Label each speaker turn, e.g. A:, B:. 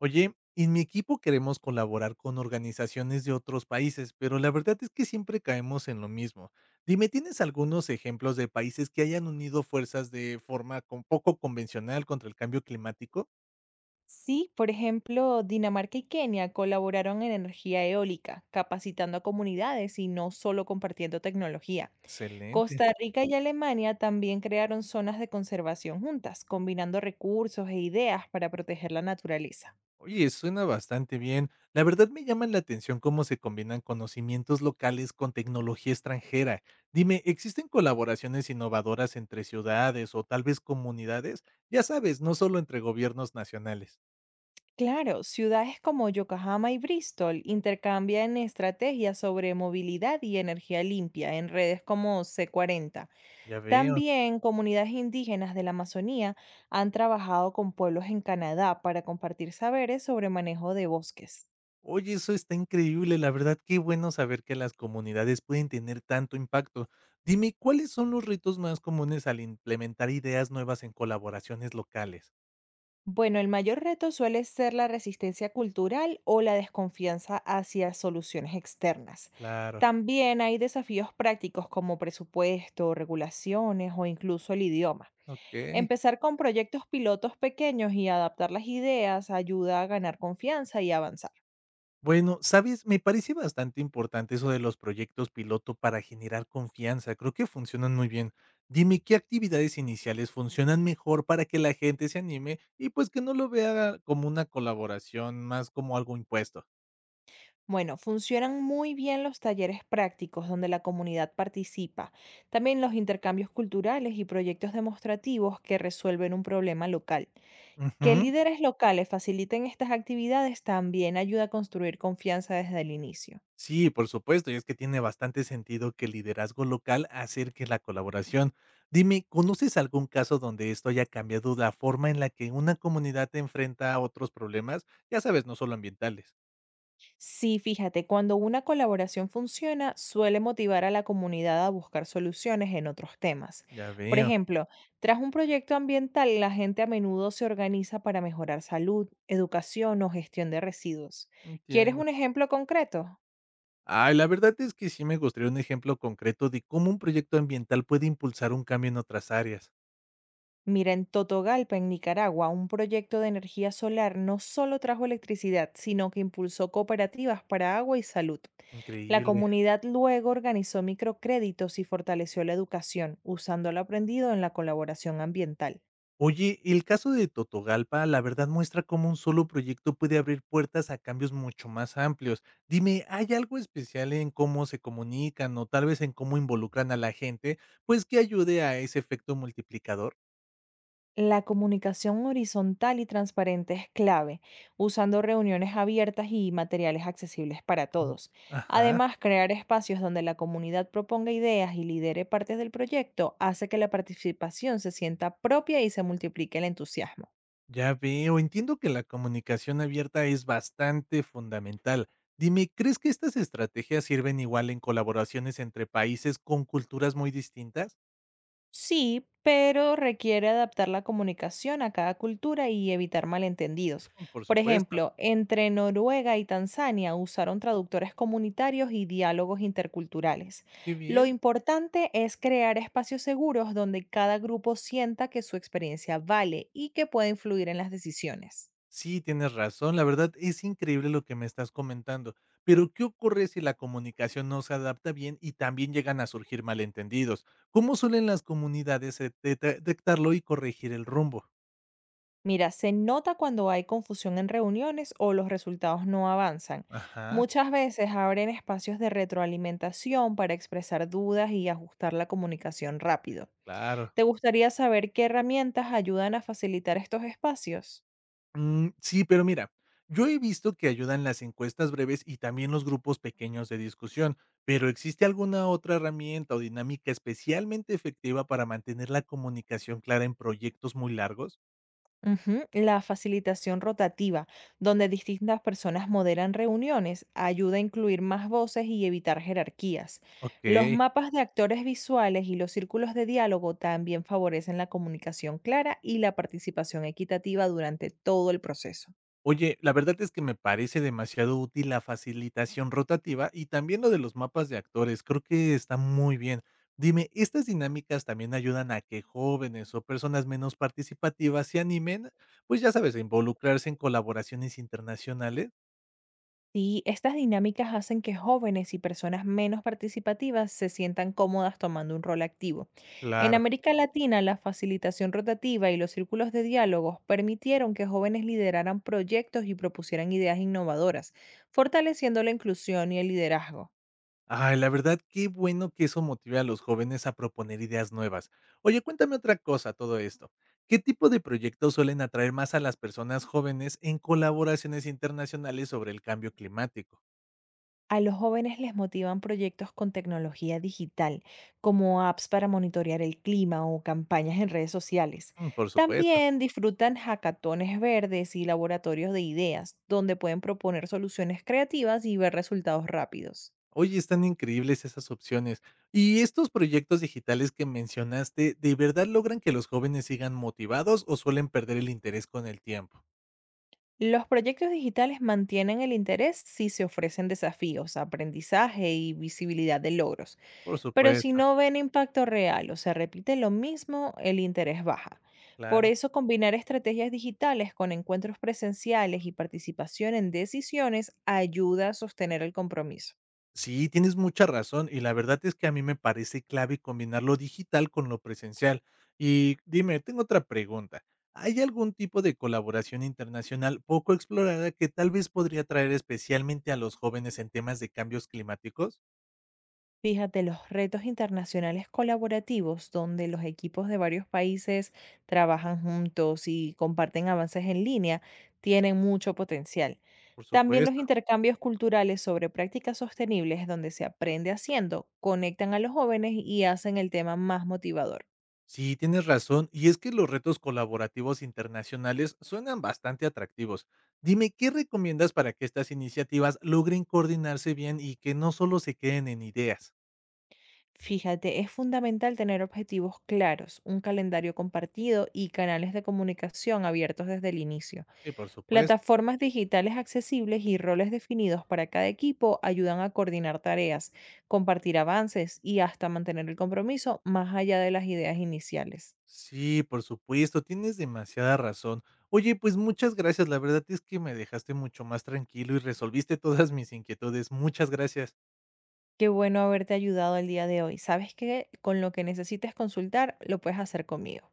A: Oye, en mi equipo queremos colaborar con organizaciones de otros países, pero la verdad es que siempre caemos en lo mismo. Dime, ¿tienes algunos ejemplos de países que hayan unido fuerzas de forma con poco convencional contra el cambio climático?
B: Sí, por ejemplo, Dinamarca y Kenia colaboraron en energía eólica, capacitando a comunidades y no solo compartiendo tecnología.
A: Excelente.
B: Costa Rica y Alemania también crearon zonas de conservación juntas, combinando recursos e ideas para proteger la naturaleza.
A: Oye, suena bastante bien. La verdad me llama la atención cómo se combinan conocimientos locales con tecnología extranjera. Dime, ¿existen colaboraciones innovadoras entre ciudades o tal vez comunidades? Ya sabes, no solo entre gobiernos nacionales.
B: Claro, ciudades como Yokohama y Bristol intercambian estrategias sobre movilidad y energía limpia en redes como C40.
A: Ya veo.
B: También comunidades indígenas de la Amazonía han trabajado con pueblos en Canadá para compartir saberes sobre manejo de bosques.
A: Oye, eso está increíble, la verdad, qué bueno saber que las comunidades pueden tener tanto impacto. Dime, ¿cuáles son los retos más comunes al implementar ideas nuevas en colaboraciones locales?
B: Bueno, el mayor reto suele ser la resistencia cultural o la desconfianza hacia soluciones externas.
A: Claro,
B: También hay desafíos prácticos como presupuesto, regulaciones o incluso el idioma.
A: ok.
B: Empezar con proyectos pilotos pequeños y adaptar las ideas ayuda a ganar confianza y avanzar.
A: Bueno, sabes, me parece bastante importante eso de los proyectos piloto para generar confianza. Creo que funcionan muy bien. Dime, ¿qué actividades iniciales funcionan mejor para que la gente se anime y pues que no lo vea como una colaboración, más como algo impuesto?
B: Bueno, funcionan muy bien los talleres prácticos donde la comunidad participa, también los intercambios culturales y proyectos demostrativos que resuelven un problema local. Que
A: Ujú.
B: líderes locales faciliten estas actividades también ayuda a construir confianza desde el inicio.
A: Sí, por supuesto, y es que tiene bastante sentido que el liderazgo local acerque la colaboración. Dime, ¿conoces algún caso donde esto haya cambiado la forma en la que una comunidad enfrenta a otros problemas? Ya sabes, no solo ambientales.
B: Sí, fíjate, cuando una colaboración funciona, suele motivar a la comunidad a buscar soluciones en otros temas.
A: Ya
B: Por
A: veo,
B: ejemplo, tras un proyecto ambiental, la gente a menudo se organiza para mejorar salud, educación o gestión de residuos. ¿Quieres
A: entiendo.
B: un ejemplo concreto?
A: Ay, la verdad es que sí me gustaría un ejemplo concreto de cómo un proyecto ambiental puede impulsar un cambio en otras áreas.
B: Mira, en Totogalpa, en Nicaragua, un proyecto de energía solar no solo trajo electricidad, sino que impulsó cooperativas para agua y salud. La
A: Increíble.
B: comunidad luego organizó microcréditos y fortaleció la educación, usando lo aprendido en la colaboración ambiental.
A: Oye, el caso de Totogalpa, la verdad muestra cómo un solo proyecto puede abrir puertas a cambios mucho más amplios. Dime, ¿hay algo especial en cómo se comunican o tal vez en cómo involucran a la gente, pues que ayude a ese efecto multiplicador?
B: La comunicación horizontal y transparente es clave, usando reuniones abiertas y materiales accesibles para
A: Mm,
B: todos.
A: ajá,
B: Además, crear espacios donde la comunidad proponga ideas y lidere partes del proyecto hace que la participación se sienta propia y se multiplique el entusiasmo.
A: ya veo, entiendo que la comunicación abierta es bastante fundamental. Dime, ¿crees que estas estrategias sirven igual en colaboraciones entre países con culturas muy distintas?
B: Sí, pero requiere adaptar la comunicación a cada cultura y evitar malentendidos.
A: Por
B: Por
A: supuesto,
B: ejemplo, entre Noruega y Tanzania usaron traductores comunitarios y diálogos interculturales.
A: qué
B: Lo
A: bien.
B: importante es crear espacios seguros donde cada grupo sienta que su experiencia vale y que puede influir en las decisiones.
A: Sí, tienes razón. La verdad es increíble lo que me estás comentando. Pero, ¿qué ocurre si la comunicación no se adapta bien y también llegan a surgir malentendidos? ¿Cómo suelen las comunidades detectarlo y corregir el rumbo?
B: Mira, se nota cuando hay confusión en reuniones o los resultados no avanzan.
A: Ajá,
B: Muchas veces abren espacios de retroalimentación para expresar dudas y ajustar la comunicación rápido.
A: claro.
B: ¿Te gustaría saber qué herramientas ayudan a facilitar estos espacios?
A: Sí, pero mira, yo he visto que ayudan las encuestas breves y también los grupos pequeños de discusión, pero ¿existe alguna otra herramienta o dinámica especialmente efectiva para mantener la comunicación clara en proyectos muy largos?
B: Ujú, la facilitación rotativa, donde distintas personas moderan reuniones, ayuda a incluir más voces y evitar jerarquías. Los
A: Ok.
B: mapas de actores visuales y los círculos de diálogo también favorecen la comunicación clara y la participación equitativa durante todo el proceso.
A: Oye, la verdad es que me parece demasiado útil la facilitación rotativa y también lo de los mapas de actores, creo que está muy bien. Dime, ¿estas dinámicas también ayudan a que jóvenes o personas menos participativas se animen? Pues ya sabes, a involucrarse en colaboraciones internacionales.
B: Sí, estas dinámicas hacen que jóvenes y personas menos participativas se sientan cómodas tomando un rol activo. En
A: Claro.
B: América Latina, la facilitación rotativa y los círculos de diálogos permitieron que jóvenes lideraran proyectos y propusieran ideas innovadoras, fortaleciendo la inclusión y el liderazgo.
A: Ay, la verdad, qué bueno que eso motive a los jóvenes a proponer ideas nuevas. Oye, cuéntame otra cosa, todo esto. ¿Qué tipo de proyectos suelen atraer más a las personas jóvenes en colaboraciones internacionales sobre el cambio climático?
B: A los jóvenes les motivan proyectos con tecnología digital, como apps para monitorear el clima o campañas en redes sociales.
A: Por supuesto.
B: También disfrutan hackatones verdes y laboratorios de ideas, donde pueden proponer soluciones creativas y ver resultados rápidos.
A: Oye, están increíbles esas opciones. ¿Y estos proyectos digitales que mencionaste, de verdad logran que los jóvenes sigan motivados o suelen perder el interés con el tiempo?
B: Los proyectos digitales mantienen el interés si se ofrecen desafíos, aprendizaje y visibilidad de logros.
A: Por
B: Pero si
A: supuesto,
B: no ven impacto real o se repite lo mismo, el interés baja. Por
A: claro.
B: eso combinar estrategias digitales con encuentros presenciales y participación en decisiones ayuda a sostener el compromiso.
A: Sí, tienes mucha razón y la verdad es que a mí me parece clave combinar lo digital con lo presencial. Y dime, tengo otra pregunta. ¿Hay algún tipo de colaboración internacional poco explorada que tal vez podría atraer especialmente a los jóvenes en temas de cambios climáticos?
B: Fíjate, los retos internacionales colaborativos, donde los equipos de varios países trabajan juntos y comparten avances en línea, tienen mucho potencial.
A: Por
B: También los
A: supuesto.
B: intercambios culturales sobre prácticas sostenibles, donde se aprende haciendo, conectan a los jóvenes y hacen el tema más motivador.
A: Sí, tienes razón. Y es que los retos colaborativos internacionales suenan bastante atractivos. Dime, ¿qué recomiendas para que estas iniciativas logren coordinarse bien y que no solo se queden en ideas?
B: Fíjate, es fundamental tener objetivos claros, un calendario compartido y canales de comunicación abiertos desde el inicio.
A: Sí, por supuesto.
B: Plataformas digitales accesibles y roles definidos para cada equipo ayudan a coordinar tareas, compartir avances y hasta mantener el compromiso más allá de las ideas iniciales.
A: Sí, por supuesto, tienes demasiada razón. Oye, pues muchas gracias, la verdad es que me dejaste mucho más tranquilo y resolviste todas mis inquietudes. Muchas gracias.
B: Qué bueno haberte ayudado el día de hoy. Sabes que con lo que necesites consultar, lo puedes hacer conmigo.